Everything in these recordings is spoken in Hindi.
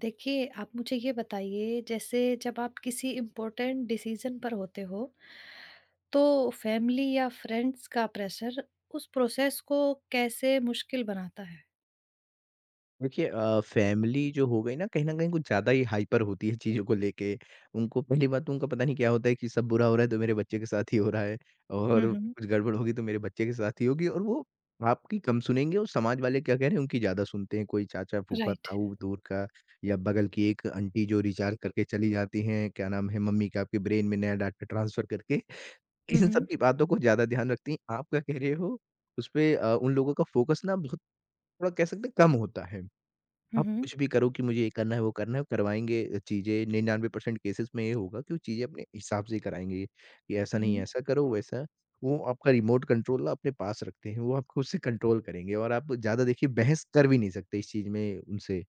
देखिए, आप मुझे ये बताइए जैसे जब आप किसी इम्पोर्टेंट डिसीज़न पर होते हो, तो फैमिली या फ्रेंड्स का प्रेशर उस प्रोसेस को कैसे मुश्किल बनाता है? देखिए फैमिली जो हो गई ना, कहीं न कहीं कुछ ज़्यादा ही हाइपर होती है चीज़ों को लेके। उनको पहली बात तो उनका पता नहीं क्या होता है कि सब बुरा हो रहा है तो मेरे बच्चे के साथ ही हो रहा है और हुँ, हुँ। कुछ गड़बड़ होगी तो मेरे बच्चे के साथ ही होगी और वो आपकी कम सुनेंगे और समाज वाले क्या कह रहे हैं उनकी ज़्यादा सुनते हैं। कोई चाचा, फूफा, राइट। ताऊ दूर का या बगल की एक आंटी जो रिचार्ज करके चली जाती हैं, क्या नाम है मम्मी का आपके ब्रेन में नया डाटा ट्रांसफर करके, हुँ, इन सब हुँ। की बातों को ज़्यादा ध्यान रखती हैं। आप क्या कह रहे हो उसपे उन लोगों का फोकस ना बहुत थोड़ा कह सकते हैं कम होता है। हुँ, आप हुँ। कुछ भी करो कि मुझे ये करना है, वो करना है, करवाएँगे चीज़ें 99% केसेज़ में ये होगा कि वो चीज़ें अपने हिसाब से ही कराएँगे, कि ऐसा हुँ, नहीं हुँ। ऐसा करो, वैसा वो आपका रिमोट कंट्रोल ना अपने पास रखते हैं, वो आपको उससे कंट्रोल करेंगे और आप ज़्यादा देखिए बहस कर भी नहीं सकते इस चीज़ में उनसे, है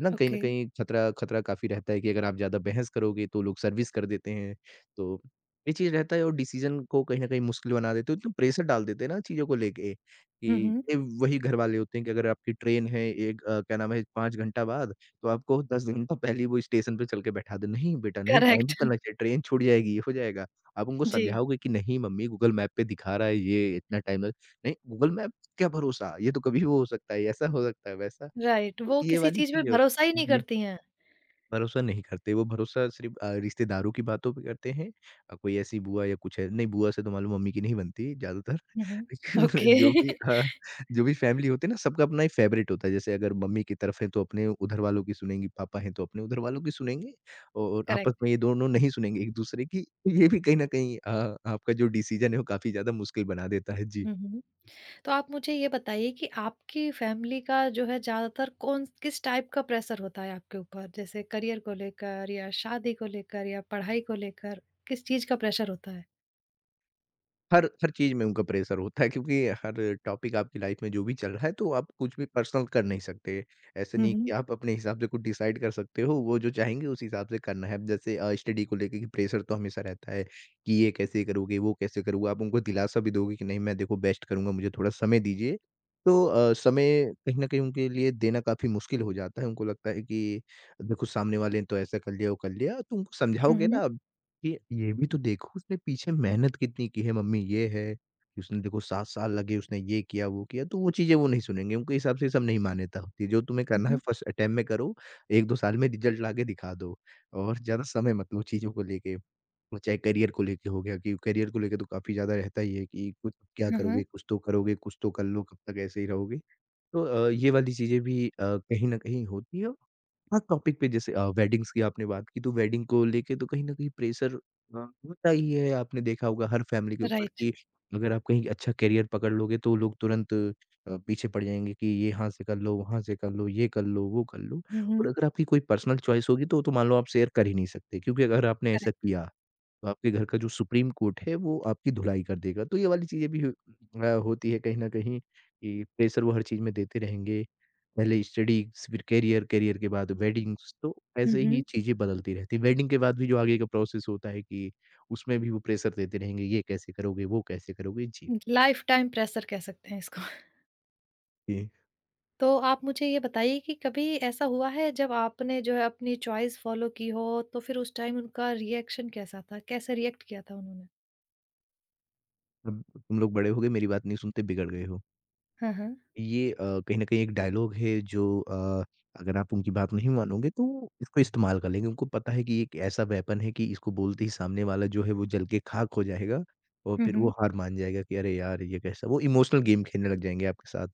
ना? कहीं न ओके। कहीं खतरा खतरा काफ़ी रहता है कि अगर आप ज़्यादा बहस करोगे तो लोग सर्विस कर देते हैं, तो ये चीज़ रहता है और डिसीज़न को कहीं न कहीं मुश्किल बना देते हो, तो प्रेशर डाल देते हैं ना चीज़ों को लेके। कि हुँ, हुँ। ये वही घरवाले होते हैं कि अगर आपकी ट्रेन है एक क्या नाम है 5 घंटा बाद, तो आपको 10 घंटा पहले ही वो स्टेशन पे चल के बैठा दें। नहीं बेटा नहीं, टाइम पे करेक्ट। चलना चाहिए, ट्रेन छूट जाएगी, ये हो जाएगा। आप उनको जी, समझाओगे कि नहीं मम्मी गूगल मैप पे दिखा रहा है ये इतना टाइम लग नहीं गूगल मैप क्या भरोसा, ये तो कभी भी वो हो सकता है, ऐसा हो सकता है, वैसा। राइट। तो वो ये किसी वाली चीज़ में चीज़ें भरोसा ही होती नहीं जी। करती हैं। भरोसा नहीं करते, वो भरोसा सिर्फ़ रिश्तेदारों की बातों पे करते हैं। कोई ऐसी बुआ या कुछ है नहीं बुआ से तो मालूम मम्मी की नहीं बनती ज़्यादातर। हुँ, हुँ। लेकिन ओके। जो भी अ, जो भी फैमिली होती है ना सबका अपना एक फ़ेवरेट होता है। जैसे अगर मम्मी की तरफ है तो अपने उधर वालों की सुनेंगी, पापा हैं तो अपने उधर वालों की सुनेंगे और आपस करेक्ट। में ये दोनों नहीं सुनेंगे एक-दूसरे की। ये भी कहीं न कहीं आपका जो डिसीज़न है वो काफ़ी ज़्यादा मुश्किल बना देता है। जी। हुँ, हुँ। तो आप मुझे ये बताइए कि आपकी फैमिली का जो है ज़्यादातर कौन किस टाइप का प्रेशर होता है आपके ऊपर? जैसे करियर को लेकर या शादी को लेकर या पढ़ाई को लेकर, किस चीज़ का प्रेशर होता है? हर हर चीज़ में उनका प्रेशर होता है क्योंकि हर टॉपिक आपकी लाइफ में जो भी चल रहा है तो आप कुछ भी पर्सनल कर नहीं सकते। ऐसे हुँ, नहीं कि हुँ। आप अपने हिसाब से कुछ डिसाइड कर सकते हो, वो जो चाहेंगे उस हिसाब से करना है। अब जैसे स्टडी को लेके कि प्रेशर तो हमेशा रहता है कि ये कैसे करोगे, वो कैसे करोगे। आप उनको दिलासा भी दोगे कि नहीं मैं देखो बेस्ट करूँगा, मुझे थोड़ा समय दीजिए। तो समय कहीं न कहीं उनके लिए देना काफ़ी मुश्किल हो जाता है। उनको लगता है कि देखो सामने वाले ने तो ऐसा कर लिया, वो कर लिया। तो उनको हुँ, समझाओगे ना हुँ। आप ये भी तो देखो उसने पीछे मेहनत कितनी की है मम्मी ये है, कि उसने देखो 7 साल लगे उसने ये किया, वो किया तो वो चीज़ें वो नहीं सुनेंगे, उनके हिसाब से ये सब नहीं मान्यता होती है, जो तुम्हें हुँ, करना है हुँ। फर्स्ट अटेम्प्ट में करो, 1-2 साल में रिजल्ट लाके दिखा दो और ज़्यादा समय मत लो चीज़ों को लेके। और चाहे करियर को लेके हो गया कि करियर को लेके तो काफ़ी ज़्यादा रहता ही है कि कुछ क्या हुँ, हुँ। करोगे, कुछ तो कर लो, कब तक ऐसे ही रहोगे। तो ये वाली चीज़ें भी कहीं न कहीं होती है। हाँ, टॉपिक पे जैसे वेडिंग्स की आपने बात की तो वेडिंग को लेके तो कहीं न कहीं प्रेशर होता ही है। आपने देखा होगा हर फैमिली के ऊपर राइट। कि अगर आप कहीं अच्छा करियर पकड़ लोगे तो लोग तुरंत पीछे पड़ जाएँगे कि ये यहाँ से कर लो, वहाँ से कर लो, ये कर लो, वो कर लो हुँ, और हुँ। अगर आपकी कोई पर्सनल चॉइस होगी तो मान लो आप शेयर कर ही नहीं सकते क्योंकि अगर आपने ऐसा करेक्ट। किया तो आपके घर का जो सुप्रीम कोर्ट है वो आपकी धुलाई कर देगा। तो ये वाली चीज़ें भी होती है कहीं न कहीं कि प्रेशर वो हर चीज़ में देते रहेंगे। पहले स्टडीज़ फिर करियर, करियर के बाद वेडिंग्स तो हुँ, ऐसे ही हुँ। चीज़ें बदलती रहती हैं। वेडिंग के बाद भी जो आगे का प्रोसेस होता है कि उसमें भी वो प्रेशर देते रहेंगे, ये कैसे करोगे, वो कैसे करोगे? जी। लाइफ टाइम प्रेशर कह सकते हैं इसको। जी। तो आप मुझे ये बताइए कि कभी ऐसा हुआ है जब आपने जो है अपनी चॉइस फ़ॉलो की हो, तो फिर उस टाइम उनका रिएक्शन कैसा था? कैसे रिएक्ट किया था उन्होंने? अब तुम लोग बड़े हो गए, मेरी बात नहीं सुनते, बिगड़ गए हो। हाँ, हाँ। ये कहीं न कहीं एक डायलॉग है जो अगर आप उनकी बात नहीं मानोगे तो इसको इस्तेमाल कर लेंगे। उनको पता है कि एक ऐसा वेपन है कि इसको बोलते ही सामने वाला जो है वो जल के खाक हो जाएगा और हुँ, फिर वो हुँ। हार मान जाएगा कि अरे यार! ये कैसा वो इमोशनल गेम खेलने लग जाएँगे आपके साथ।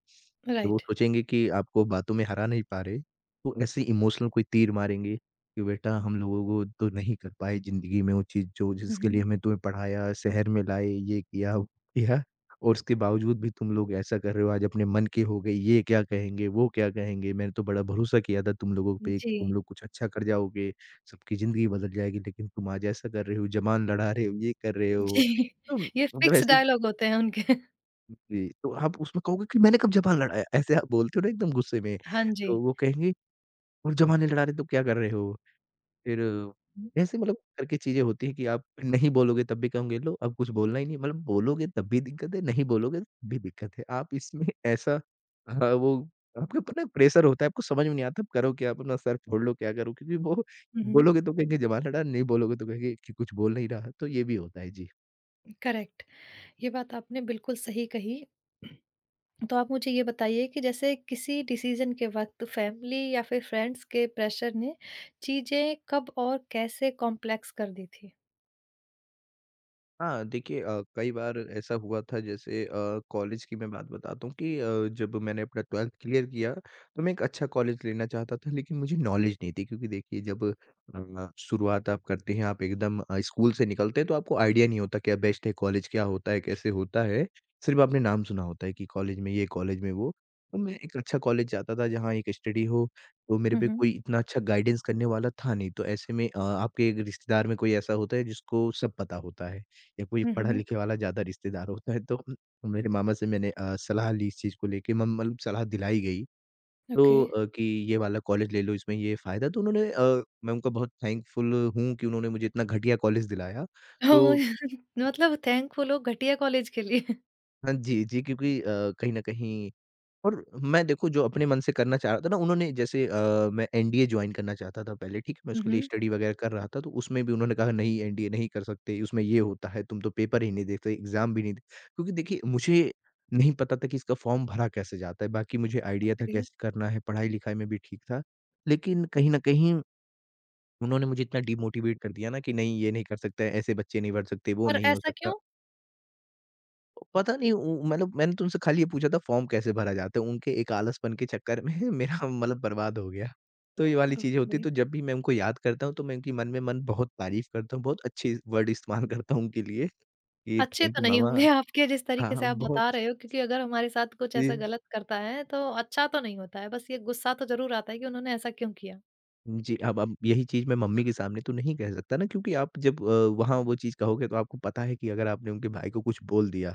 तो वो राइट। सोचेंगे कि आपको बातों में हरा नहीं पा रहे, तो ऐसे इमोशनल कोई तीर मारेंगे कि बेटा हम लोगों को तो नहीं कर पाए ज़िंदगी में वो चीज़ जो जिसके लिए हमें तुम्हें पढ़ाया, शहर में लाए, ये किया, वो किया। और उसके बावजूद भी तुम लोग ऐसा कर रहे हो आज अपने मन के हो गए, ये क्या कहेंगे, वो क्या कहेंगे, मैंने तो बड़ा भरोसा किया था तुम लोगों पे कि तुम जी, लोग कुछ अच्छा कर जाओगे, सबकी ज़िंदगी बदल जाएगी लेकिन तुम आज ऐसा कर रहे हो, ज़बान लड़ा रहे हो, ये कर रहे हो। जी। तो ये मतलब फिक्स ऐसे डायलॉग होते हैं उनके। जी, तो आप उसमें कहोगे कि मैंने कब ज़बान लड़ाया? ऐसे आप बोलते हो ना एकदम गुस्से में, हाँ तो जी। वो कहेंगे और ज़बानें लड़ा रहे हो तो क्या कर रहे हो? फिर ऐसे मतलब करके चीज़ें होती हैं कि आप नहीं बोलोगे तब भी कहेंगे लो अब कुछ बोलना ही नहीं है, मतलब बोलोगे तब भी दिक्कत है, नहीं बोलोगे तब भी दिक्कत है। आप इसमें ऐसा हाँ, वो आपके ऊपर ना प्रेशर होता है, आपको समझ में नहीं आता आप करो क्या? आप अपना सर फोड़ लो, क्या करो? क्योंकि वो हुँ, हुँ, बोलोगे तो कहेंगे जवान लड़ा, नहीं बोलोगे तो कहेंगे कि कुछ बोल नहीं रहा, तो ये भी होता है। जी। करेक्ट। ये बात आपने बिल्कुल सही कही। तो आप मुझे ये बताइए कि जैसे किसी डिसीज़न के वक़्त फैमिली या फिर फ्रेंड्स के प्रेशर ने चीज़ें कब और कैसे कॉम्प्लेक्स कर दी थी? हाँ, देखिए कई बार ऐसा हुआ था जैसे कॉलेज की मैं बात बताता हूँ कि जब मैंने अपना 12th क्लियर किया तो मैं एक अच्छा कॉलेज लेना चाहता था लेकिन मुझे नॉलेज नहीं थी क्योंकि देखिए जब शुरुआत आप करते हैं आप एकदम स्कूल से निकलते हैं तो आपको आइडिया नहीं होता क्या बेस्ट है कॉलेज क्या होता है कैसे होता है। सिर्फ आपने नाम सुना होता है कि कॉलेज में ये कॉलेज में वो। तो मैं एक अच्छा कॉलेज चाहता था जहाँ एक स्टडी हो तो मेरे हुँ, पे हुँ। कोई इतना अच्छा गाइडेंस करने वाला था नहीं। तो ऐसे में आपके एक रिश्तेदार में कोई ऐसा होता है जिसको सब पता होता है। या कोई हुँ, हुँ। पढ़ा-लिखे वाला ज़्यादा रिश्तेदार होता है, तो मेरे मामा से मैंने सलाह ली इस चीज़ को लेके म मतलब सलाह दिलाई गई। ओके। तो कि ये वाला कॉलेज ले लो, इसमें ये फ़ायदा है, तो मैं उनका बहुत थैंकफुल हूँ कि उन्होंने मुझे इतना घटिया कॉलेज दिलाया। ओह! तो मतलब थैंकफुल हो घटिया कॉलेज के लिए। हाँ जी, जी क्योंकि कहीं न कहीं और मैं देखो जो अपने मन से करना चाह रहा था ना उन्होंने जैसे मैं एनडीए जॉइन करना चाहता था पहले ठीक है, मैं हुँ, उसके लिए हुँ। स्टडी वगैरह कर रहा था तो उसमें भी उन्होंने कहा नहीं एनडीए नहीं कर सकते, उसमें ये होता है तुम तो पेपर ही नहीं देते, एग्ज़ाम भी नहीं दे क्योंकि देखिए मुझे नहीं पता था कि इसका फॉर्म भरा कैसे जाता है, बाकी मुझे आइडिया था ओके। कैसे करना है, पढ़ाई-लिखाई में भी ठीक था। लेकिन कहीं न कहीं उन्होंने मुझे इतना डिमोटिवेट कर दिया ना कि नहीं ये नहीं कर सकता है, ऐसे बच्चे नहीं बढ़ सकते, वो और नहीं हो ऐसा सकता। क्यों? पता नहीं उ मतलब मैंने तुमसे खाली ये पूछा था फॉर्म कैसे भरा जाता है? उनके एक आलसपन के चक्कर में मेरा मतलब बर्बाद हो गया। तो ये वाली चीज़ें होती ओके। हैं, तो जब भी मैं उनको याद करता हूँ, तो मैं उनकी मन में मन बहुत तारीफ़ करता हूँ, बहुत अच्छे वर्ड इस्तेमाल करता हूँ उनके लिए, कि अच्छे थैंक तो यू नहीं मामा। होंगे आपके जिस हाँ, तरीके से हाँ, आप बहुत। बता रहे हो क्योंकि अगर हमारे साथ कुछ ऐसा जी। गलत करता है तो अच्छा तो नहीं होता है, बस ये गुस्सा तो ज़रूर आता है कि उन्होंने ऐसा क्यों किया। जी, अब यही चीज़ मैं मम्मी के सामने तो नहीं कह सकता ना, क्योंकि आप जब वहाँ वो चीज़ कहोगे तो आपको पता है कि अगर आपने उनके भाई को कुछ बोल दिया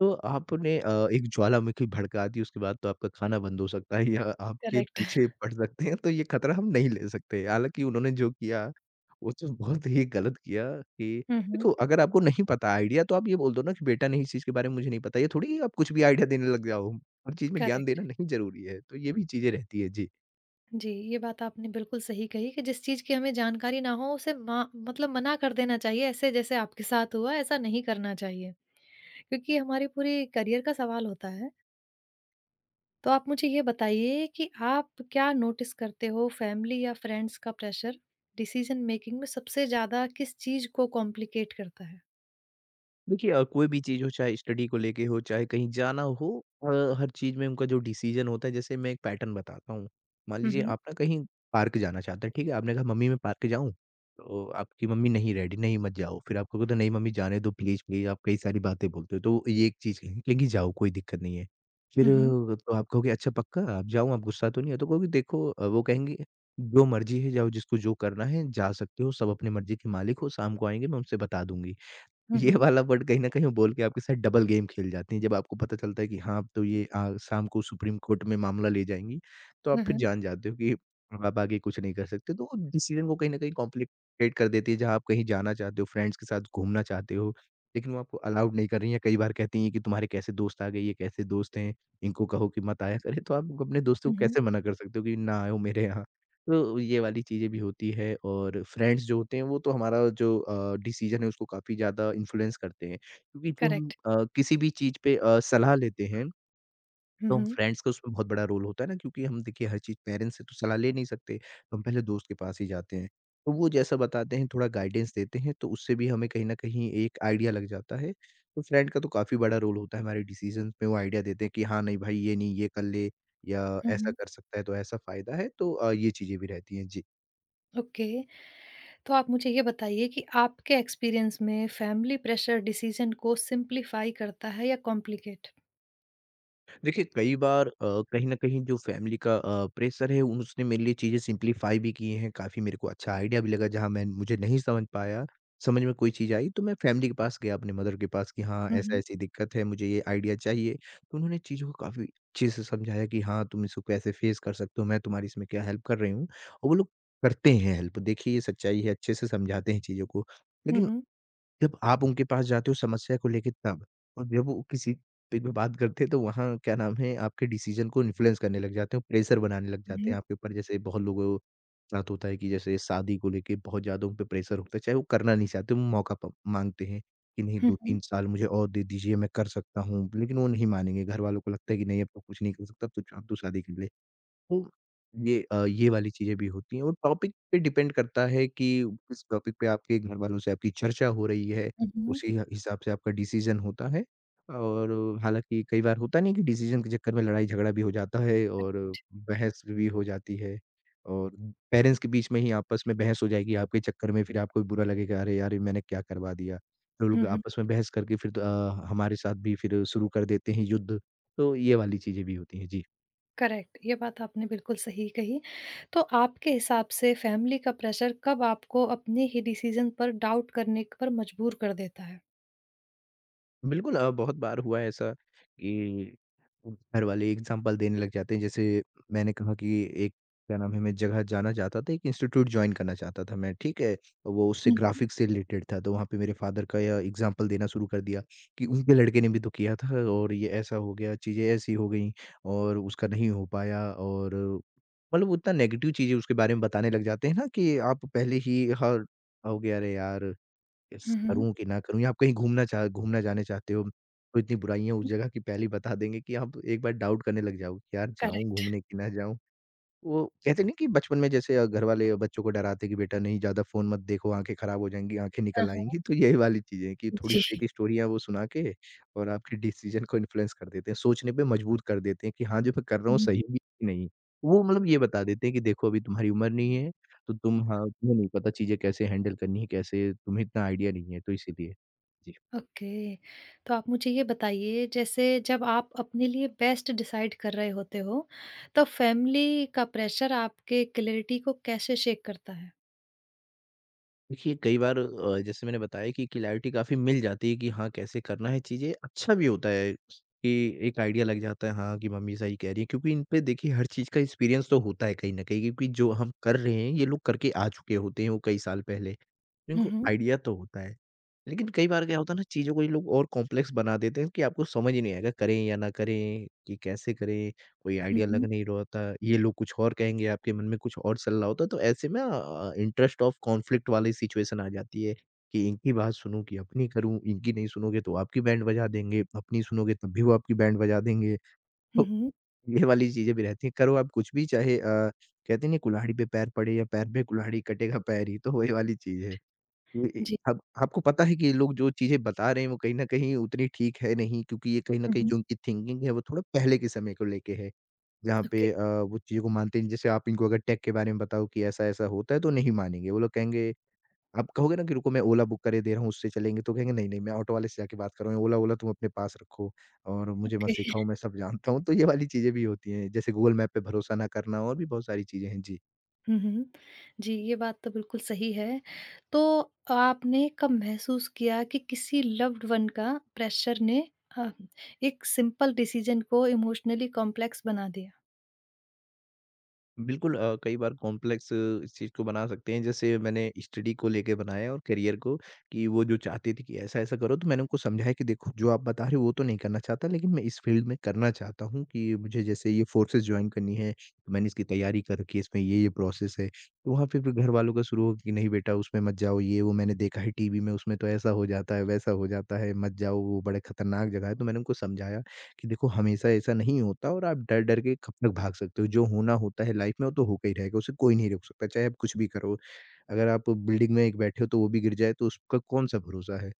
तो आपने एक ज्वालामुखी भड़का दी। उसके बाद तो आपका खाना बंद हो सकता है या आपके करेक्ट। पीछे पड़ सकते हैं, तो ये खतरा हम नहीं ले सकते। हालाँकि उन्होंने जो किया, वो तो बहुत ही गलत किया कि हुँ, देखो हुँ। अगर आपको नहीं पता आइडिया तो आप ये बोल दो ना कि बेटा नहीं, इस चीज़ के बारे में मुझे नहीं पता। ये थोड़ी है आप कुछ भी आइडिया देने लग जाओ। हर चीज़ में ज्ञान करेक्ट। देना नहीं ज़रूरी है। तो ये भी चीज़ें रहती है। जी। जी, ये बात आपने बिल्कुल सही कही कि जिस चीज़ की हमें जानकारी ना हो उसे मा मतलब मना कर देना चाहिए ऐसे जैसे आपके साथ हुआ ऐसा नहीं करना चाहिए, क्योंकि हमारी पूरी करियर का सवाल होता है। तो आप मुझे ये बताइए कि आप क्या नोटिस करते हो फैमिली या फ्रेंड्स का प्रेशर डिसीजन मेकिंग में सबसे ज़्यादा किस चीज़ को कॉम्प्लिकेट करता है? देखिए कोई भी चीज़ हो, चाहे स्टडी को लेके हो, चाहे कहीं जाना हो, अ, हर चीज़ में उनका जो डिसीज़न होता है, जैसे मैं एक पैटर्न बताता हूँ। मान हुँ, लीजिए हुँ। आप ना कहीं पार्क जाना चाहते हैं, ठीक है? आपने कहा, "मम्मी, मैं पार्क जाऊँ?" तो आपकी मम्मी, "नहीं रेडी, नहीं मत जाओ।" फिर आपको बोलते हो, "नहीं मम्मी, जाने दो प्लीज़, प्लीज़।" आप कई सारी बातें बोलते हो, तो ये एक चीज़ कहेंगी, कहेंगी, "जाओ, कोई दिक्कत नहीं है।" फिर हुँ, हुँ। तो आप कहोगे, "अच्छा पक्का? आप जाऊँ, आप गुस्सा तो नहीं है?" तो कहोगे, "देखो" वो कहेंगी, "जो मर्ज़ी है, जाओ, जिसको जो करना है, जा सकते हो। सब अपनी मर्ज़ी के मालिक हो। शाम को आएँगे, मैं उनसे बता दूँगी।" हुँ, ये हुँ। वाला वर्ड कहीं न कहीं वो बोल के आपके साथ डबल गेम खेल जाती हैं। जब आपको पता चलता है कि हाँ, अब तो ये शाम को सुप्रीम कोर्ट में मामला ले जाएँगी, तो आप हुँ, फिर हुँ। जान जाते हो कि अब आप आगे कुछ नहीं कर सकते। तो वो डिसीज़न को कहीं न कहीं कॉम्प्लिकेट कर देती है, जहाँ आप कहीं जाना चाहते हो, फ्रेंड्स के साथ घूमना चाहते हो, लेकिन वो आपको अलाउड नहीं कर रही हैं। कई बार कहती हैं कि तुम्हारे कैसे दोस्त आ गए, ये कैसे दोस्त हैं, इनको कहो कि मत आया करें। तो आप अपने दोस्तों हुँ, को हुँ। कैसे मना कर सकते हो कि ना आए हो मेरे यहाँ? तो ये वाली चीज़ें भी होती है, और फ्रेंड्स जो होते हैं वो तो हमारा जो डिसीज़न है उसको काफ़ी ज़्यादा इन्फ्लुएंस करते हैं। क्योंकि जो हम करेक्ट। किसी भी चीज़ पे सलाह लेते हैं, हुँ, तो हम हुँ। फ्रेंड्स का उसमें बहुत बड़ा रोल होता है ना, क्योंकि हम देखिए हर चीज़ पेरेंट्स से तो सलाह ले नहीं सकते, तो हम पहले दोस्त के पास ही जाते हैं। तो वो जैसा बताते हैं, थोड़ा गाइडेंस देते हैं, तो उससे भी हमें कहीं न कहीं एक आइडिया लग जाता है। तो फ्रेंड का तो काफ़ी बड़ा रोल होता है हमारे डिसीज़न्स में, वो आइडिया देते हैं कि हाँ, नहीं भाई ये नहीं ये कर ले या हुँ, ऐसा हुँ। कर सकता है तो ऐसा फ़ायदा है। तो ये चीज़ें भी रहती हैं। जी। ओके, तो आप मुझे ये बताइए कि आपके एक्सपीरियंस में फैमिली प्रेशर डिसीजन को सिंप्लीफाई करता है या कॉम्प्लिकेट? देखिए कई बार कहीं न कहीं जो फ़ैमिली का प्रेशर है उसने मेरे लिए चीज़ें सिम्प्लीफ़ाई भी की हैं, काफ़ी मेरे को अच्छा आइडिया भी लगा जहाँ मैं मुझे नहीं समझ पाया, समझ में कोई चीज़ आई तो मैं फ़ैमिली के पास गया अपने मदर के पास कि हाँ, हुँ, हुँ। ऐसा-ऐसी दिक्कत है, मुझे ये आइडिया चाहिए। तो उन्होंने चीज़ों को काफ़ी अच्छे से समझाया कि हाँ, तुम इसको कैसे फ़ेस कर सकते हो, मैं तुम्हारी इसमें क्या हेल्प कर रही हूँ। और वो लोग करते हैं हेल्प, देखिए ये सच्चाई है, अच्छे से समझाते हैं चीज़ों को। हुँ, लेकिन हुँ। जब आप उनके पास जाते हो समस्या को लेके तब, और जब वो किसी पे भी बात करते हैं तो वहाँ क्या नाम है आपके डिसीजन को इन्फ्लुएंस करने लग जाते हैं, प्रेशर बनाने लग हुँ, जाते हैं हुँ। आपके ऊपर। जैसे बहुत लोगों के साथ होता है कि जैसे शादी को लेके बहुत ज़्यादा उन पे प्रेशर होता है, चाहे वो करना नहीं चाहते, वो मौका प माँगते हैं कि नहीं हुँ, हुँ। 2-3 साल मुझे और दे दीजिए मैं कर सकता हूँ, लेकिन वो नहीं मानेंगे। घर वालों को लगता है कि नहीं अब तो कुछ नहीं कर सकता, अब तो आप तो शादी कर ले। तो ये ये वाली चीज़ें भी होती हैं, और टॉपिक पे डिपेंड करता है कि किस टॉपिक पे आपके घरवालों से आपकी चर्चा हो रही है, हुँ, उसी ह हिसाब से आपका डिसीज़न होता है। और हालाँकि कई बार होता नहीं है कि डिसीज़न के चक्कर में लड़ाई-झगड़ा भी हो जाता है, और बहस भी हो जाती है, और पेरेंट्स के बीच में ही आपस में बहस हो जाएगी आपके चक्कर में, फिर आपको भी बुरा लगेगा, "अरे यार! ये मैंने क्या करवा दिया।" तो लोग हुँ। आपस में बहस करके फिर तो, हमारे साथ भी फिर शुरू कर देते हैं युद्ध। तो ये वाली चीज़ें भी होती हैं। जी। करेक्ट, ये बात आपने बिल्कुल सही कही। तो आपके हिसाब से फैमिली का प्रेशर कब आपको अपने ही डिसीज़न पर डाउट करने पर मजबूर कर देता है? बिल्कुल बहुत बार हुआ है ऐसा कि घर वाले एग्जाम्पल देने लग जाते हैं। जैसे मैंने कहा कि एक क्या नाम है मैं जगह जाना चाहता था, एक इंस्टीट्यूट जॉइन करना चाहता था मैं, ठीक है? तो वो उससे हुँ, हुँ। ग्राफ़िक्स से रिलेटेड था, तो वहाँ पे मेरे फ़ादर का या एग्जाम्पल देना शुरू कर दिया कि उनके लड़के ने भी तो किया था और ये ऐसा हो गया, चीज़ें ऐसी हो गईं और उसका नहीं हो पाया, और मतलब उतना नेगेटिव चीज़ें उसके बारे में बताने लग जाते हैं ना कि आप पहले ही हर हो गया अरे यार! इस हुँ, हुँ। करूँ कि ना करूँ, या आप कहीं घूमना जाने चाहते हो, तो इतनी बुराइयाँ उस जगह की पहले ही बता देंगे कि आप एक बार डाउट करने लग जाओगे कि यार जाऊँ करेक्ट। घूमने कि ना जाऊँ? वो कहते नहीं कि बचपन में जैसे घर वाले बच्चों को डराते कि बेटा नहीं ज़्यादा फ़ोन मत देखो, आँखें खराब हो जाएँगी, आँखें हाँ, निकल हाँ। आएँगी। तो यही वाली चीज़ें हैं कि थोड़ी जी। फेक स्टोरियाँ वो सुना के और आपके डिसीज़न को इन्फ्लुएंस कर देते हैं, सोचने पे मजबूर कर देते हैं कि हाँ, जो मैं कर रहा हूँ हुँ। सही भी है कि नहीं। वो मतलब ये बता देते हैं कि देखो अभी तुम्हारी उम्र नहीं है, तो तुम हाँ, तुम्हें नहीं पता चीज़ें कैसे हैंडल करनी है, कैसे तुम्हें इतना आइडिया नहीं है, तो इसीलिए। जी। ओके। तो आप मुझे ये बताइए जैसे जब आप अपने लिए बेस्ट डिसाइड कर रहे होते हो, तो फैमिली का प्रेशर आपके क्लैरिटी को कैसे शेक करता है? देखिए कई बार जैसे मैंने बताया कि क्लैरिटी काफ़ी मिल जाती है कि हाँ, कैसे करना है चीज़ें। अच्छा भी होता है कि एक आइडिया लग जाता है हाँ, कि मम्मी सही कह रही हैं, क्योंकि इन पे देखिए हर चीज़ का एक्सपीरियंस तो होता है कहीं न कहीं, क्योंकि जो हम कर रहे हैं ये लोग करके आ चुके होते हैं वो कई साल पहले। हुँ, इनको हुँ। आइडिया तो होता है। लेकिन कई बार क्या होता है ना, चीज़ों को ये लोग और कॉम्प्लेक्स बना देते हैं कि आपको समझ ही नहीं आएगा करें या ना करें, कि कैसे करें, कोई हुँ, आइडिया लग हुँ। नहीं रहा होता। ये लोग कुछ और कहेंगे, आपके मन में कुछ और चल रहा होता है, तो ऐसे में इंटरेस्ट ऑफ कॉन्फ्लिक्ट वाली सिचुएशन आ जाती है कि इनकी बात सुनूँ कि अपनी करूँ, इनकी नहीं सुनोगे तो आपकी बैंड बजा देंगे, अपनी सुनोगे तब भी वो आपकी बैंड बजा देंगे। हुँ, तो हुँ। ये वाली चीज़ें भी रहती हैं। करो आप कुछ भी चाहे, कहते हैं ना कुल्हाड़ी पे पैर पड़े या पैर पे कुल्हाड़ी, कटेगा पैर ही, तो वही वाली चीज़ है। ये ए जी। आप आपको पता है कि ये लोग जो चीज़ें बता रहे हैं वो कहीं न कहीं उतनी ठीक है नहीं, क्योंकि ये कहीं न हुँ, कहीं हुँ। जो उनकी थिंकिंग है वो थोड़ा पहले के समय को लेके है। जहाँ ओके। पे वो चीज़ों को मानते नहीं, जैसे आप इनको अगर टेक के बारे में बताओ कि ऐसा-ऐसा होता है तो नहीं मानेंगे। वो लोग कहेंगे, आप कहोगे ना कि रुको मैं ओला बुक करे दे रहा हूँ उससे चलेंगे, तो कहेंगे नहीं-नहीं मैं ऑटो वाले से जाके बात कर रहा हूँ, ओला-ओला तुम अपने पास रखो और मुझे मत सिखाओ मैं सब जानता हूँ। तो ये वाली चीज़ें भी होती हैं। जैसे गूगल मैप पे भरोसा ना करना, और भी बहुत सारी चीज़ें हैं। जी। हुँ, हुँ। जी, ये बात तो बिल्कुल सही है। तो आपने कब महसूस किया कि किसी लव्ड वन का प्रेशर ने अ, एक सिंपल डिसीज़न को इमोशनली कॉम्प्लेक्स बना दिया? बिल्कुल कई बार कॉम्प्लेक्स इस चीज़ को बना सकते हैं, जैसे मैंने स्टडी को लेके बनाया और करियर को, कि वो जो चाहती थी कि ऐसा-ऐसा करो, तो मैंने उनको समझाया कि देखो जो आप बता रहे हो वो तो नहीं करना चाहता, लेकिन मैं इस फील्ड में करना चाहता हूँ कि मुझे जैसे ये फोर्सेस जॉइन करनी है, तो मैंने इसकी तैयारी कर रखी है, इसमें ये-ये प्रोसेस है। तो वहाँ पे फिर घर वालों का शुरू हो कि नहीं बेटा उसमें मत जाओ, ये वो मैंने देखा है टीवी में उसमें तो ऐसा हो जाता है, वैसा हो जाता है, मत जाओ वो बड़े खतरनाक जगह है, तो मैंने उनको समझाया। कि देखो हमेशा ऐसा नहीं होता, और आप डर-डर के कब तक भाग सकते हो, जो होना होता है लाइफ में वो तो होकर ही रहेगा, उसे कोई नहीं रोक सकता, चाहे आप कुछ भी करो। अगर आप बिल्डिंग में एक बैठे हो तो वो भी गिर जाए तो उसका कौन-सा भरोसा है।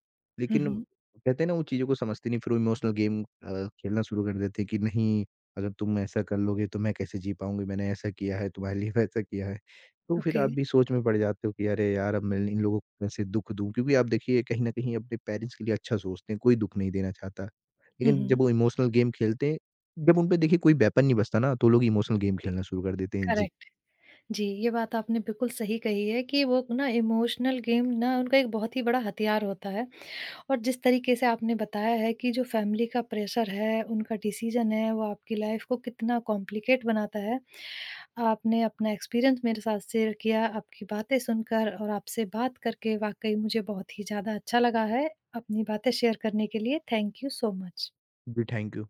हुँ, लेकिन हुँ। कहते हैं ना वो चीज़ों को समझते नहीं, फिर वो इमोशनल गेम खेलना शुरू कर देते हैं कि नहीं अगर तुम ऐसा कर लोगे तो मैं कैसे जी पाऊँगी, मैंने ऐसा किया है, तुम्हारे लिए वैसा किया है। तो फिर ओके। आप भी सोच में पड़ जाते हो कि अरे यार, अब मैं इन लोगों को कैसे दुःख दूँ, क्योंकि आप देखिए कहीं न कहीं अपने पेरेंट्स के लिए अच्छा सोचते हैं, कोई दुःख नहीं देना चाहता। हुँ, लेकिन जब हुँ। वो इमोशनल गेम खेलते हैं, जब उन पे देखिए कोई वेपन नहीं बचता ना, तो लोग इमोशनल गेम खेलना शुरू कर देते हैं। जी। करेक्ट। जी, ये बात आपने बिल्कुल सही कही है कि वो ना इमोशनल गेम ना उनका एक बहुत ही बड़ा हथियार होता है। और जिस तरीके से आपने बताया है कि जो फैमिली का प्रेशर है, उनका डिसीज़न है, वो आपकी लाइफ़ को कितना कॉम्प्लिकेट बनाता है। आपने अपना एक्सपीरियंस मेरे साथ शेयर किया, आपकी बातें सुनकर और आपसे बात करके वाक़ई मुझे बहुत ही ज़्यादा अच्छा लगा है। अपनी बातें शेयर करने के लिए थैंक यू सो मच। जी, थैंक यू।